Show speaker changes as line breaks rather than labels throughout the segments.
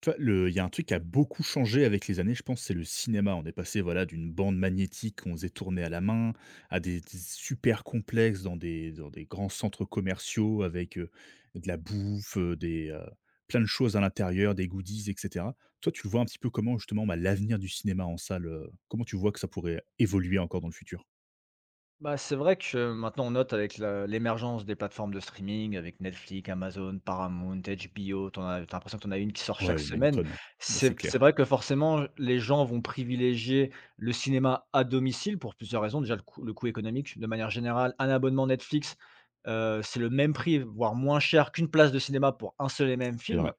Tu vois, le il y a un truc qui a beaucoup changé avec les années, je pense, c'est le cinéma. On est passé, voilà, d'une bande magnétique qu'on faisait tourner à la main, à des super complexes dans des grands centres commerciaux avec, de la bouffe, plein de choses à l'intérieur, des goodies et cetera. Toi, tu vois un petit peu comment justement, bah, l'avenir du cinéma en salle, comment tu vois que ça pourrait évoluer encore dans le futur?
Bah, c'est vrai que maintenant on note avec l'émergence des plateformes de streaming, avec Netflix, Amazon, Paramount, HBO, t'en as, t'as l'impression que t'en as une qui sort chaque
Ouais, il y en a une
semaine.
tonne, hein. Ouais, c'est
C'est
clair.
vrai que forcément, les gens vont privilégier le cinéma à domicile pour plusieurs raisons. Déjà, le coût économique, de manière générale, un abonnement Netflix, c'est le même prix, voire moins cher qu'une place de cinéma pour un seul et même
C'est vrai.
film.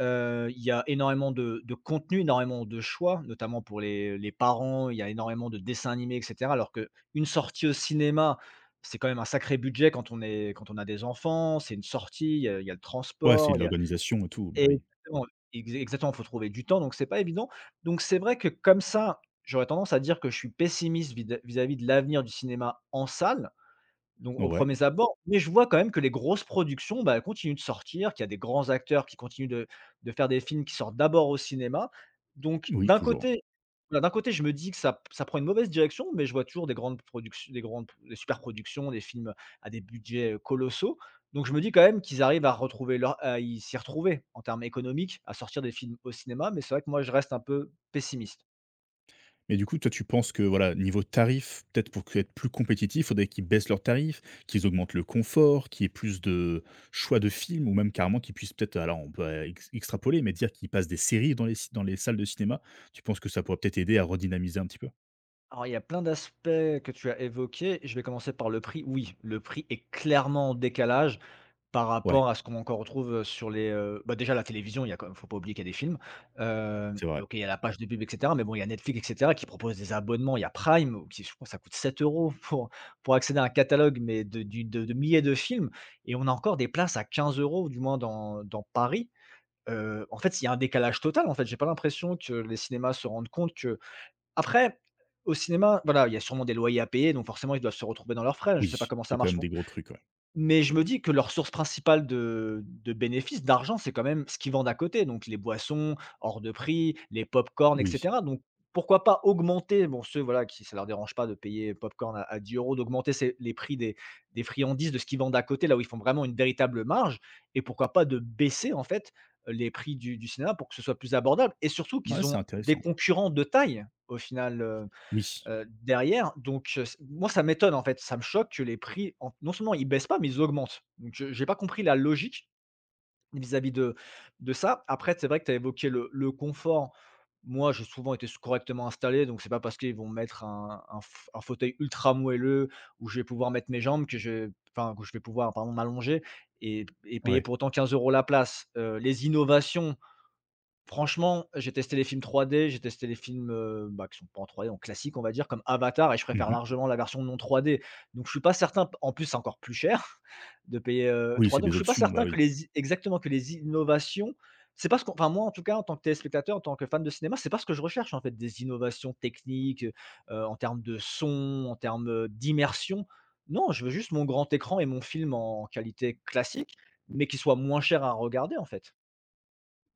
Il y a énormément de contenu, énormément de choix, notamment pour les parents. Il y a énormément de dessins animés et cetera, alors qu'une sortie au cinéma, c'est quand même un sacré budget quand on est quand on a des enfants. C'est une sortie, il y a le
Ouais, c'est de
transport, il y a.
l'organisation et tout,
Et
bah, oui.
exactement, ex exactement, faut trouver du temps, donc c'est pas évident. Donc c'est vrai que comme ça, j'aurais tendance à dire que je suis pessimiste vida vis-à-vis de l'avenir du cinéma en salle. Donc aux
Ouais.
premiers abords, mais je vois quand même que les grosses productions, bah, elles continuent de sortir, qu'il y a des grands acteurs qui continuent de faire des films qui sortent d'abord au cinéma. Donc
Oui,
d'un
toujours.
côté voilà, d'un côté, je me dis que ça prend une mauvaise direction, mais je vois toujours des grandes productions des grandes des super productions, des films à des budgets, colossaux. Donc je me dis quand même qu'ils arrivent à retrouver leur à y s'y retrouver en termes économiques, à sortir des films au cinéma, mais c'est vrai que moi je reste un peu pessimiste.
Mais du coup, toi, tu penses que, voilà, niveau tarif, peut-être pour que être plus compétitif, il faudrait qu'ils baissent leurs tarifs, qu'ils augmentent le confort, qu'il y ait plus de choix de films ou même carrément qu'ils puissent peut-être alors on peut, ex extrapoler, mais dire qu'ils passent des séries dans les salles de cinéma. Tu penses que ça pourrait peut-être aider à redynamiser un petit peu?
Alors, il y a plein d'aspects que tu as évoqués. Je vais commencer par le prix. Oui, le prix est clairement en décalage par
Ouais,
rapport à ce qu'on encore retrouve sur les, bah, déjà la télévision, il y a quand même faut pas oublier qu'il y a des films.
c'est vrai.
OK, il y a la page de pub et cetera, mais bon, il y a Netflix et cetera qui propose des abonnements. Il y a Prime où qui je crois que ça coûte 7 € pour accéder à un catalogue, mais de du de milliers de films et on a encore des places à 15 euros, du moins dans dans Paris. En fait, il y a un décalage total, en fait. J'ai pas l'impression que les cinémas se rendent compte que après, au cinéma, voilà, il y a sûrement des loyers à payer, donc forcément ils doivent se retrouver dans leurs frais. Je sais pas
Oui,
comment ça
c'est quand
marche,
même des gros trucs, ouais.
mais je me dis que leur source principale de bénéfice, d'argent, c'est quand même ce qu'ils vendent à côté, donc les boissons hors de prix, les pop-corn et
Oui.
cetera, donc pourquoi pas augmenter, bon ceux, voilà, qui ça leur dérange pas de payer pop-corn à 10 €, d'augmenter ces les prix des friandises, de ce qu'ils vendent à côté, là où ils font vraiment une véritable marge et pourquoi pas de baisser en fait, les prix du cinéma pour que ce soit plus abordable et surtout
Ouais,
qu'ils
c'est
ont
intéressant.
des concurrents de taille au final,
Oui.
derrière, donc c moi ça m'étonne en fait, ça me choque que les prix en non seulement ils baissent pas, mais ils augmentent. Donc je j'ai pas compris la logique vis-à-vis de ça. Après, c'est vrai que tu as évoqué le confort. Moi, j'ai souvent été correctement installé, donc c'est pas parce qu'ils vont mettre un f un fauteuil ultra moelleux où je vais pouvoir mettre mes jambes que je enfin, que je vais pouvoir, pardon, m'allonger et payer
Ouais.
pour autant 15 € la place. Les innovations. Franchement, j'ai testé les films 3D, j'ai testé les films, bah, qui sont pas en 3D, donc classiques, on va dire, comme Avatar et je préfère
Mmh.
largement la version non 3D. Donc je suis pas certain en plus, c'est encore plus cher de payer,
Oui, c'est
3D, donc
des
je suis pas
options, bah,
certain que
oui.
les i exactement, que les innovations c'est pas ce qu'on enfin moi, en tout cas, en tant que téléspectateur, en tant que fan de cinéma, c'est pas ce que je recherche, en fait, des innovations techniques, en termes de son, en termes, d'immersion. Non, je veux juste mon grand écran et mon film en qualité classique, mais qui soit moins cher à regarder, en fait.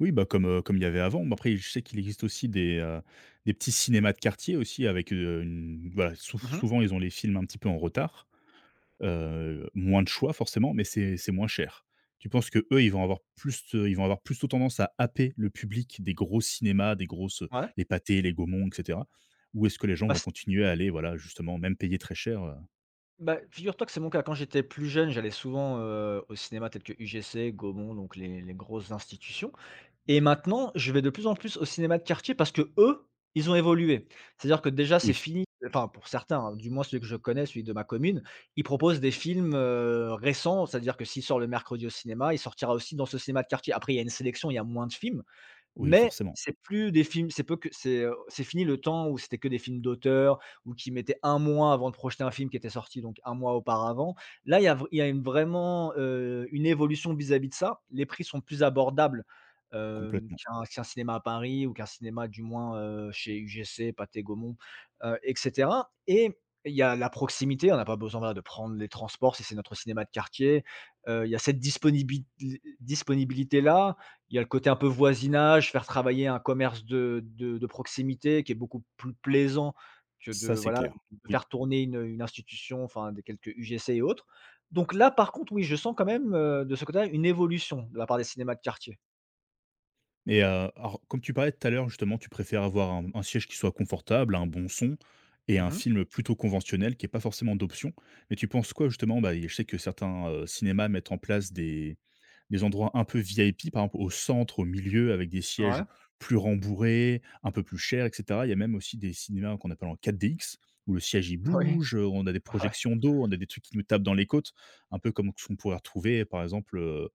Oui, bah, comme il y avait avant. Mais après, je sais qu'il existe aussi des petits cinémas de quartier aussi avec, une voilà,
Mmh.
souvent ils ont les films un petit peu en retard, moins de choix forcément, mais c'est moins cher. Tu penses que eux, ils vont avoir plutôt tendance à happer le public des gros cinémas, des grosses,
Ouais.
les Pathé, les Gaumont, et cetera? Ou est-ce que les gens
Bah,
vont continuer à aller, voilà, justement, même payer très cher?
bah, figure-toi que c'est mon cas. Quand j'étais plus jeune, j'allais souvent, au cinéma tel que UGC, Gaumont, donc les grosses institutions et maintenant, je vais de plus en plus au cinéma de quartier parce que eux ils ont évolué. C'est-à-dire que déjà, c'est
Oui,
fini enfin pour certains, hein, du moins celui que je connais, celui de ma commune, ils proposent des films, récents. C'est-à-dire que s'il sort le mercredi au cinéma, il sortira aussi dans ce cinéma de quartier. Après il y a une sélection, il y a moins de films,
oui,
mais
forcément,
c'est plus des films c'est peu que c'est fini le temps où c'était que des films d'auteur ou qui mettaient un mois avant de projeter un film qui était sorti donc un mois auparavant. Là, il y a une vraiment, une évolution vis-à-vis de ça. Les prix sont plus abordables,
complètement.
qu'un cinéma à Paris ou qu'un cinéma du moins, chez UGC, Pathé Gaumont, et cetera et il y a la proximité, on n'a pas besoin, voilà, de prendre les transports si c'est notre cinéma de quartier. Il y a cette disponibilité-là, il y a le côté un peu voisinage, faire travailler un commerce de proximité qui est beaucoup plus plaisant que de
Ça, c'est
voilà,
clair.
de
Oui.
faire tourner une institution, enfin des quelques UGC et autres. Donc là, par contre, oui, je sens quand même, de ce côté-là, une évolution de la part des cinémas de quartier.
Et alors comme tu parlais tout à l'heure justement, tu préfères avoir un siège qui soit confortable, un bon son et un
Mmh.
film plutôt conventionnel qui ait pas forcément d'option. Mais tu penses quoi justement, bah, je sais que certains, cinémas mettent en place des endroits un peu VIP, par exemple au centre, au milieu avec des sièges
Ouais,
plus rembourrés, un peu plus chers et cetera. Il y a même aussi des cinémas qu'on appelle en 4DX où le siège il
oui,
bouge, on a des
ouais,
projections d'eau, on a des trucs qui nous tapent dans les côtes, un peu comme ce qu'on pourrait retrouver par exemple,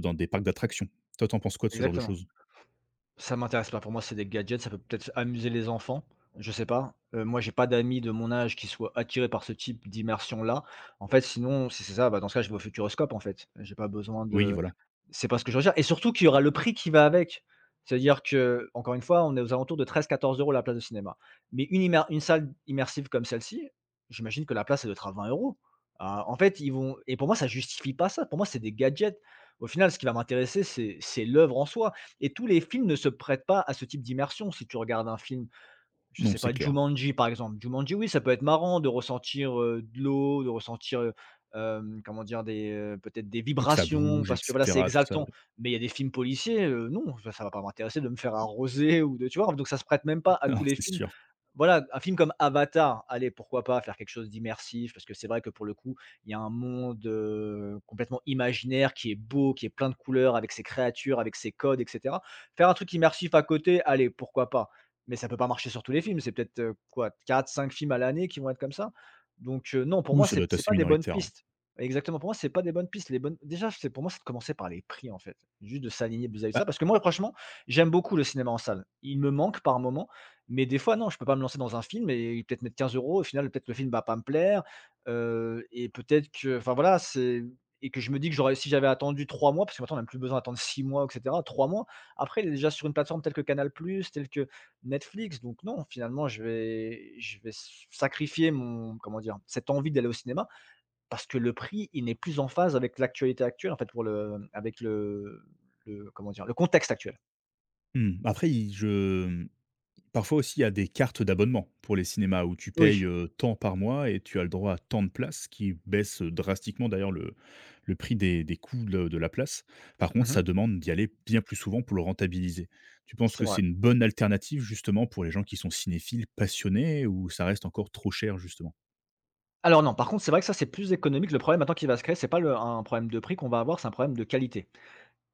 dans des parcs d'attractions. Toi, t'en penses quoi de ce genre de
exactement.
choses?
Ça m'intéresse pas. Pour moi, c'est des gadgets, ça peut peut-être amuser les enfants, je sais pas. Moi, j'ai pas d'amis de mon âge qui soient attirés par ce type d'immersion-là. En fait, sinon, si c'est ça, bah, dans ce cas, je vais au Futuroscope, en fait. J'ai pas besoin
Oui,
de.
voilà.
C'est pas ce que je recherche et surtout qu'il y aura le prix qui va avec. C'est-à-dire que encore une fois, on est aux alentours de 13-14 euros la place de cinéma. Mais une salle immersive comme celle-ci, j'imagine que la place, elle doit être à 20 €. Ah, en fait, ils vont et pour moi, ça justifie pas ça. Pour moi, c'est des gadgets. Au final, ce qui va m'intéresser, c'est l'œuvre en soi et tous les films ne se prêtent pas à ce type d'immersion. Si tu regardes un film, je
Non,
sais
c'est
pas,
clair.
Jumanji, par exemple. Jumanji, oui, ça peut être marrant de ressentir, de l'eau, de ressentir, comment dire? Des, peut-être des
Vu que ça
vibrations
bouge et
parce que voilà, c'est
cetera, tout ça,
exaltant.
oui.
Mais il y a des films policiers, non, ça va pas m'intéresser de me faire arroser ou de tu vois? Donc ça se prête même pas à
Non,
tous les
c'est
films.
sûr.
Voilà, un film comme Avatar, allez, pourquoi pas faire quelque chose d'immersif, parce que c'est vrai que pour le coup, il y a un monde, complètement imaginaire qui est beau, qui est plein de couleurs avec ses créatures, avec ses codes et cetera. Faire un truc immersif à côté, allez, pourquoi pas? Mais ça peut pas marcher sur tous les films, c'est peut-être, quoi, 4-5 films à l'année qui vont être comme ça? Donc, non, pour
Oui,
moi,
ça doit
c'est
être
c'est
assez
pas des bonnes
minoritaire, ouais.
pistes. Exactement, pour moi, c'est pas des bonnes pistes. Les bonnes déjà, c'est pour moi, c'est de commencer par les prix, en fait, juste de s'aligner vis-à-vis de
Bah,
ça, parce que moi, franchement, j'aime beaucoup le cinéma en salle. Il me manque par moment. Mais des fois, non, je peux pas me lancer dans un film et peut-être mettre 15 €. Au final, peut-être le film va pas me plaire, et peut-être que enfin voilà, c'est et que je me dis que j'aurais si j'avais attendu 3 mois, parce que maintenant on a plus besoin d'attendre 6 mois et cetera, 3 mois. Après, il est déjà sur une plateforme telle que Canal+, telle que Netflix, donc non, finalement je vais sacrifier mon comment dire? Cette envie d'aller au cinéma parce que le prix, il n'est plus en phase avec l'actualité actuelle en fait pour le avec le comment dire? Le contexte actuel.
mmh, après parfois aussi, il y a des cartes d'abonnement pour les cinémas où tu payes,
Oui.
tant par mois et tu as le droit à tant de places qui baissent, drastiquement d'ailleurs le prix des coûts de la place. Par contre,
Mmh.
ça demande d'y aller bien plus souvent pour le rentabiliser. Tu penses
C'est
que
vrai.
c'est une bonne alternative justement pour les gens qui sont cinéphiles passionnés ou ça reste encore trop cher justement?
Alors non, par contre, c'est vrai que ça, c'est plus économique. Le problème maintenant qui va se créer, c'est pas le un problème de prix qu'on va avoir, c'est un problème de qualité.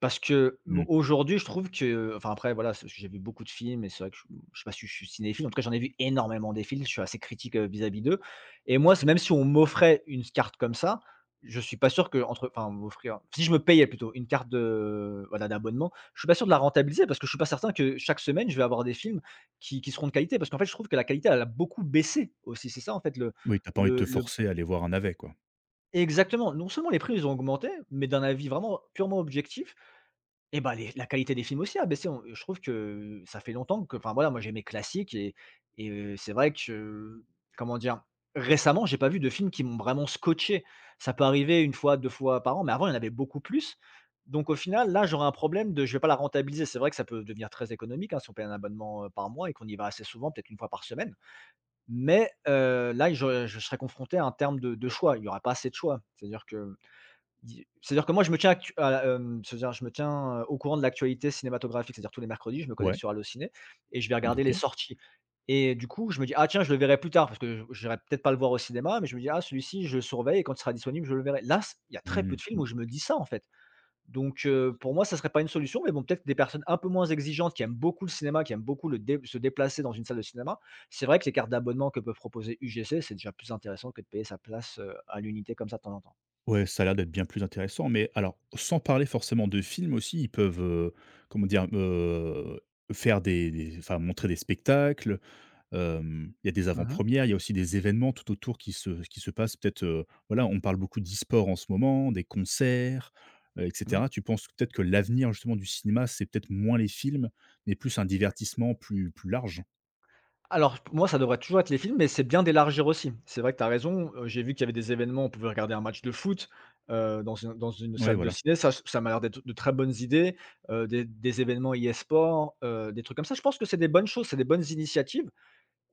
Parce que
Mmh.
aujourd'hui, je trouve que enfin après voilà, c'est j'ai vu beaucoup de films et c'est vrai que je sais pas si je suis cinéphile. En tout cas, j'en ai vu énormément des films, je suis assez critique, vis-à-vis d'eux. Et moi, c'est même si on m'offrait une carte comme ça, je suis pas sûr que, enfin m'offrir, si je me payais plutôt une carte de voilà, d'abonnement, je suis pas sûr de la rentabiliser parce que je suis pas certain que chaque semaine, je vais avoir des films qui seront de qualité. Parce qu'en fait, je trouve que la qualité, elle a beaucoup baissé aussi. C'est ça en fait
Oui, t'as pas envie de te
le
forcer à aller voir un navet, quoi.
Exactement, non seulement les prix ils ont augmenté, mais d'un avis vraiment purement objectif, et ben les la qualité des films aussi a baissé. On Je trouve que ça fait longtemps que enfin voilà, moi j'aimais classique et c'est vrai que, comment dire? Récemment, j'ai pas vu de films qui m'ont vraiment scotché. Ça peut arriver une fois, 2 fois par an, mais avant il y en avait beaucoup plus. Donc au final, là, j'aurais un problème de je vais pas la rentabiliser. C'est vrai que ça peut devenir très économique, hein, si on paye un abonnement, par mois et qu'on y va assez souvent, peut-être une fois par semaine. Mais là, je serais confronté à un terme de choix. Il y aura pas assez de choix. C'est-à-dire que moi, je me tiens actu à la, hem, c'est-à-dire je me tiens, au courant de l'actualité cinématographique. C'est-à-dire tous les mercredis, je me connecte
Ouais.
sur Allociné et je vais regarder
OK.
les sorties, et du coup, je me dis: «Ah tiens, je le verrai plus tard», parce que j'irai peut-être pas le voir au cinéma. Mais je me dis: «Ah celui-ci, je le surveille et quand il sera disponible, je le verrai». Là, c il y a très peu
Mmh.
de films
Bon.
où je me dis ça, en fait. Donc pour moi, ça serait pas une solution, mais bon, peut-être que des personnes un peu moins exigeantes qui aiment beaucoup le cinéma, qui aiment beaucoup le dé se déplacer dans une salle de cinéma, c'est vrai que les cartes d'abonnement que peut proposer UGC, c'est déjà plus intéressant que de payer sa place, à l'unité comme ça de temps en temps.
Ouais, ça a l'air d'être bien plus intéressant, mais alors, sans parler forcément de films aussi, ils peuvent, comment dire? Faire montrer des spectacles, il y a des
Mmh mh.
avant-premières, il y a aussi des événements tout autour qui se passent peut-être, voilà, on parle beaucoup d'e-sport en ce moment, des concerts, et
Mmh.
cetera. Tu penses que peut-être que l'avenir justement du cinéma, c'est peut-être moins les films, mais plus un divertissement plus large?
Alors, pour moi, ça devrait toujours être les films, mais c'est bien d'élargir aussi. C'est vrai que tu as raison, j'ai vu qu'il y avait des événements, on pouvait regarder un match de foot, dans une
Ouais,
salle de
voilà.
ciné. Ça m'a l'air d'être de très bonnes idées, des événements e-sport, des trucs comme ça. Je pense que c'est des bonnes choses, c'est des bonnes initiatives,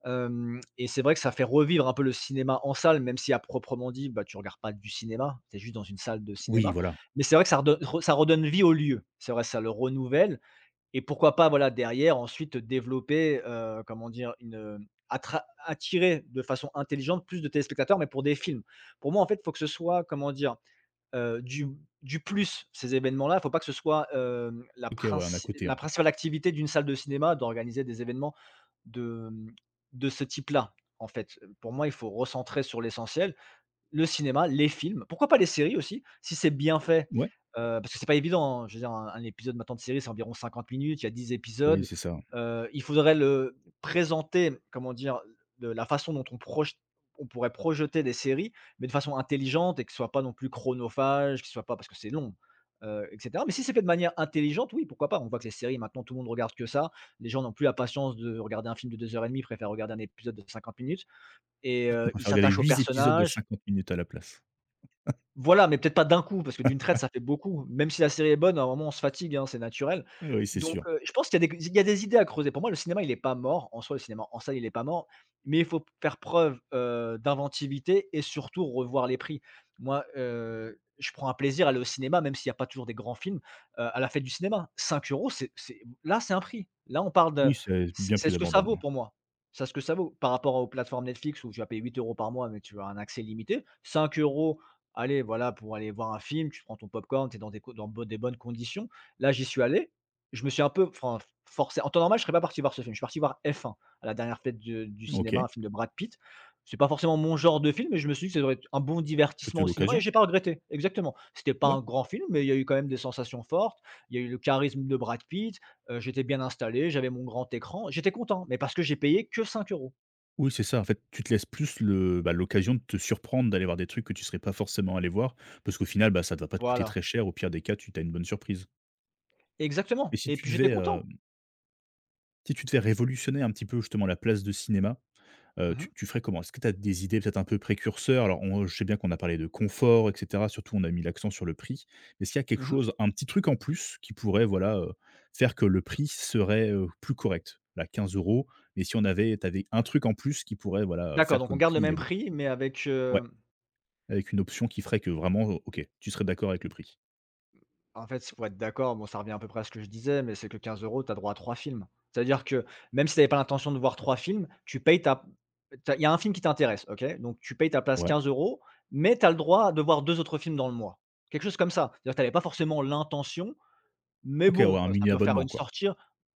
hem et c'est vrai que ça fait revivre un peu le cinéma en salle, même si à proprement dit, bah, tu regardes pas du cinéma, tu es juste dans une salle de
Oui,
cinéma.
voilà.
Mais c'est vrai que ça redonne vie au lieu. C'est vrai, ça le renouvelle. Et pourquoi pas, voilà, derrière, ensuite développer, comment dire? Une, attra attirer de façon intelligente plus de téléspectateurs, mais pour des films. Pour moi, en fait, il faut que ce soit, comment dire? Heu, du du plus, ces événements-là. Il ne faut pas que ce soit, la
OK, ouais, on a
princi
côté, hein.
la principale activité d'une salle de cinéma d'organiser des événements de, mmh, de ce type-là, en fait. Pour moi, il faut recentrer sur l'essentiel: le cinéma, les films, pourquoi pas les séries aussi, si c'est bien fait.
Ouais,
Parce que c'est pas évident, hein, je veux dire un épisode maintenant de série, c'est environ 50 minutes, il y a dix
oui,
épisodes.
c'est ça.
Il faudrait le présenter, comment dire? De la façon dont on pourrait projeter des séries, mais de façon intelligente, et que ce soit pas non plus chronophage, que ce soit pas parce que c'est long, et cetera. Mais si c'est fait de manière intelligente, oui, pourquoi pas? On voit que les séries maintenant, tout le monde regarde que ça. Les gens n'ont plus la patience de regarder un film de 2 heures et demie, préfèrent regarder un épisode de 50 minutes, et ils
Préfère regarder
s'attachent aux
8 épisodes de
personnages,
50 minutes à la place.
voilà, mais peut-être pas d'un coup, parce que d'une traite, ça fait beaucoup. Même si la série est bonne, à un moment, on se fatigue, hein, c'est naturel.
Ah oui, c'est
Donc,
sûr.
je pense qu'il y a des idées à creuser. Pour moi, le cinéma, il est pas mort. En soi, le cinéma en salle, il est pas mort, mais il faut faire preuve, d'inventivité et surtout revoir les prix. Moi, je prends un plaisir à aller au cinéma, même s'il y a pas toujours des grands films, à la fête du cinéma. Cinq euros, c'est là, c'est un prix. Là, on parle de
Oui, c'est bien
c'est
plus
ce que ça vaut
abordable.
pour moi. Ça ce que ça vaut par rapport aux plateformes Netflix où tu vas payer 8 euros par mois, mais tu as un accès limité. 5 euros, allez, voilà, pour aller voir un film, tu prends ton popcorn, tu es dans des co dans bo des bonnes conditions. Là, j'y suis allé, je me suis un peu enfin forcé. En temps normal, je ne serais pas parti voir ce film. Je suis parti voir F1, à la dernière fête de du
Mmh.
cinéma,
OK,
un film de Brad Pitt. C'est pas forcément mon genre de film, mais je me suis dit que ça doit être un bon
c'était
divertissement au cinéma, et
l'occasion.
j'ai pas regretté. Exactement. C'était pas
Ouais.
un grand film, mais il y a eu quand même des sensations fortes. Il y a eu le charisme de Brad Pitt, j'étais bien installé, j'avais mon grand écran. J'étais content, mais parce que j'ai payé que 5 euros.
Oui, c'est ça, en fait, tu te laisses plus le bah, l'occasion de te surprendre, d'aller voir des trucs que tu serais pas forcément allé voir, parce qu'au final, bah, ça ne va pas te coûter très
Voilà.
cher. Au pire des cas, tu as une bonne surprise. Et
Exactement,
si
et
tu
puis j'étais
devais,
content.
révolutionner un petit peu, justement, la place de cinéma,
Mmh
tu
mh.
tu ferais comment? Est-ce que tu as des idées peut-être un peu précurseurs? Alors on je sais bien qu'on a parlé de confort et cetera, surtout on a mis l'accent sur le prix. Mais est-ce qu'il y a quelque
Mmh.
chose, un petit truc en plus qui pourrait voilà, faire que le prix serait, plus correct? Là 15 €, mais si on avait tu avais un truc en plus qui pourrait voilà,
D'accord,
faire
donc
que
on
le
garde le
prix il est
même
bon?
prix, mais avec,
Ouais, avec une option qui ferait que vraiment, OK, tu serais d'accord avec le prix?
en fait, pour être d'accord, bon, ça revient à peu près à ce que je disais, mais c'est que 15 euros, tu as droit à 3 films. C'est-à-dire que même si tu avais pas l'intention de voir 3 films, tu payes ta tu il y a un film qui t'intéresse, OK? Donc tu payes ta place
Ouais.
15 euros, mais tu as le droit de voir 2 autres films dans le mois. Quelque chose comme ça. C'est-à-dire que tu avais pas forcément l'intention. Mais
OK, ouais,
bon,
un
ça
mini
peut faire
abonnement
une
quoi.
sortie,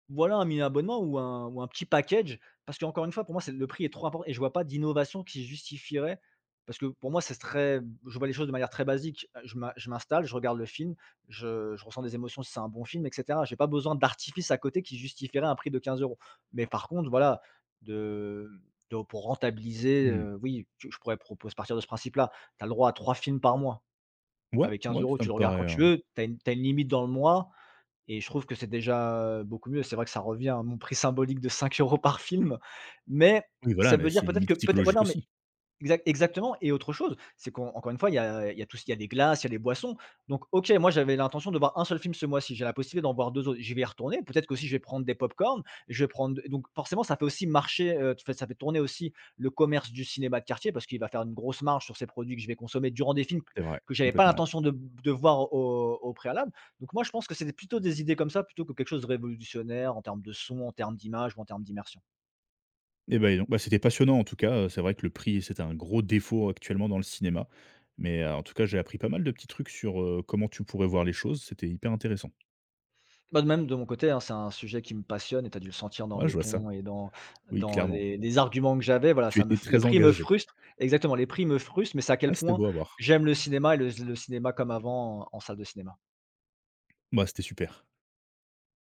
voilà, un mini abonnement ou un petit package, parce qu'encore une fois pour moi c'est le prix est trop important, et je vois pas d'innovation qui justifierait, parce que pour moi c'est très je vois les choses de manière très basique. Je m'in je m'installe, je regarde le film, je ressens des émotions si c'est un bon film, et cetera. J'ai pas besoin d'artifice à côté qui justifierait un prix de 15 euros. Mais par contre voilà, de de pour rentabiliser,
Mmh.
oui, tu je pourrais proposer partir de ce principe-là. Tu as le droit à 3 films par mois.
Ouais,
Avec quinze
ouais,
euros
ça
tu
me
le regardes
paraît,
quand tu veux, tu as une t'as une limite dans le mois, et je trouve que c'est déjà beaucoup mieux. C'est vrai que ça revient à mon prix symbolique de 5 euros par film, mais
oui voilà,
ça
mais
veut
c'est
dire
une
peut-être
limite
que peut-être ouais,
psychologique
non, mais
aussi.
Exactement, et autre chose, c'est qu'encore une fois, il y a tout ce il y a des glaces, il y a des boissons. Donc OK, moi j'avais l'intention de voir un seul film ce mois-ci, j'ai la possibilité d'en voir 2 autres. J'y vais y retourner, peut-être qu'aussi je vais prendre des pop-corn, je vais prendre, donc forcément ça fait aussi marcher, fait ça fait tourner aussi le commerce du cinéma de quartier, parce qu'il va faire une grosse marge sur ces produits que je vais consommer durant des films que
C'est vrai,
que j'avais pas
complètement.
l'intention de voir au préalable. Donc moi je pense que c'est plutôt des idées comme ça, plutôt que quelque chose de révolutionnaire en termes de son, en termes d'image ou en termes d'immersion.
Et ben, dis donc, bah, c'était passionnant en tout cas, c'est vrai que le prix, c'est un gros défaut actuellement dans le cinéma. Mais, en tout cas, j'ai appris pas mal de petits trucs sur, comment tu pourrais voir les choses, c'était hyper intéressant.
Bah, de même de mon côté, hein, c'est un sujet qui me passionne et tu as dû le sentir dans
Ouais, je
le
vois ça.
ton et dans
Oui,
dans
clairement.
les arguments que j'avais, voilà,
Tu
ça me
étais
f les
très
prix me
engagé.
frustrent, exactement, les prix me frustrent, mais c'est à quel
Ah, c'était
point
beau à voir.
j'aime le cinéma et le cinéma comme avant en salle de cinéma.
Bah, c'était super.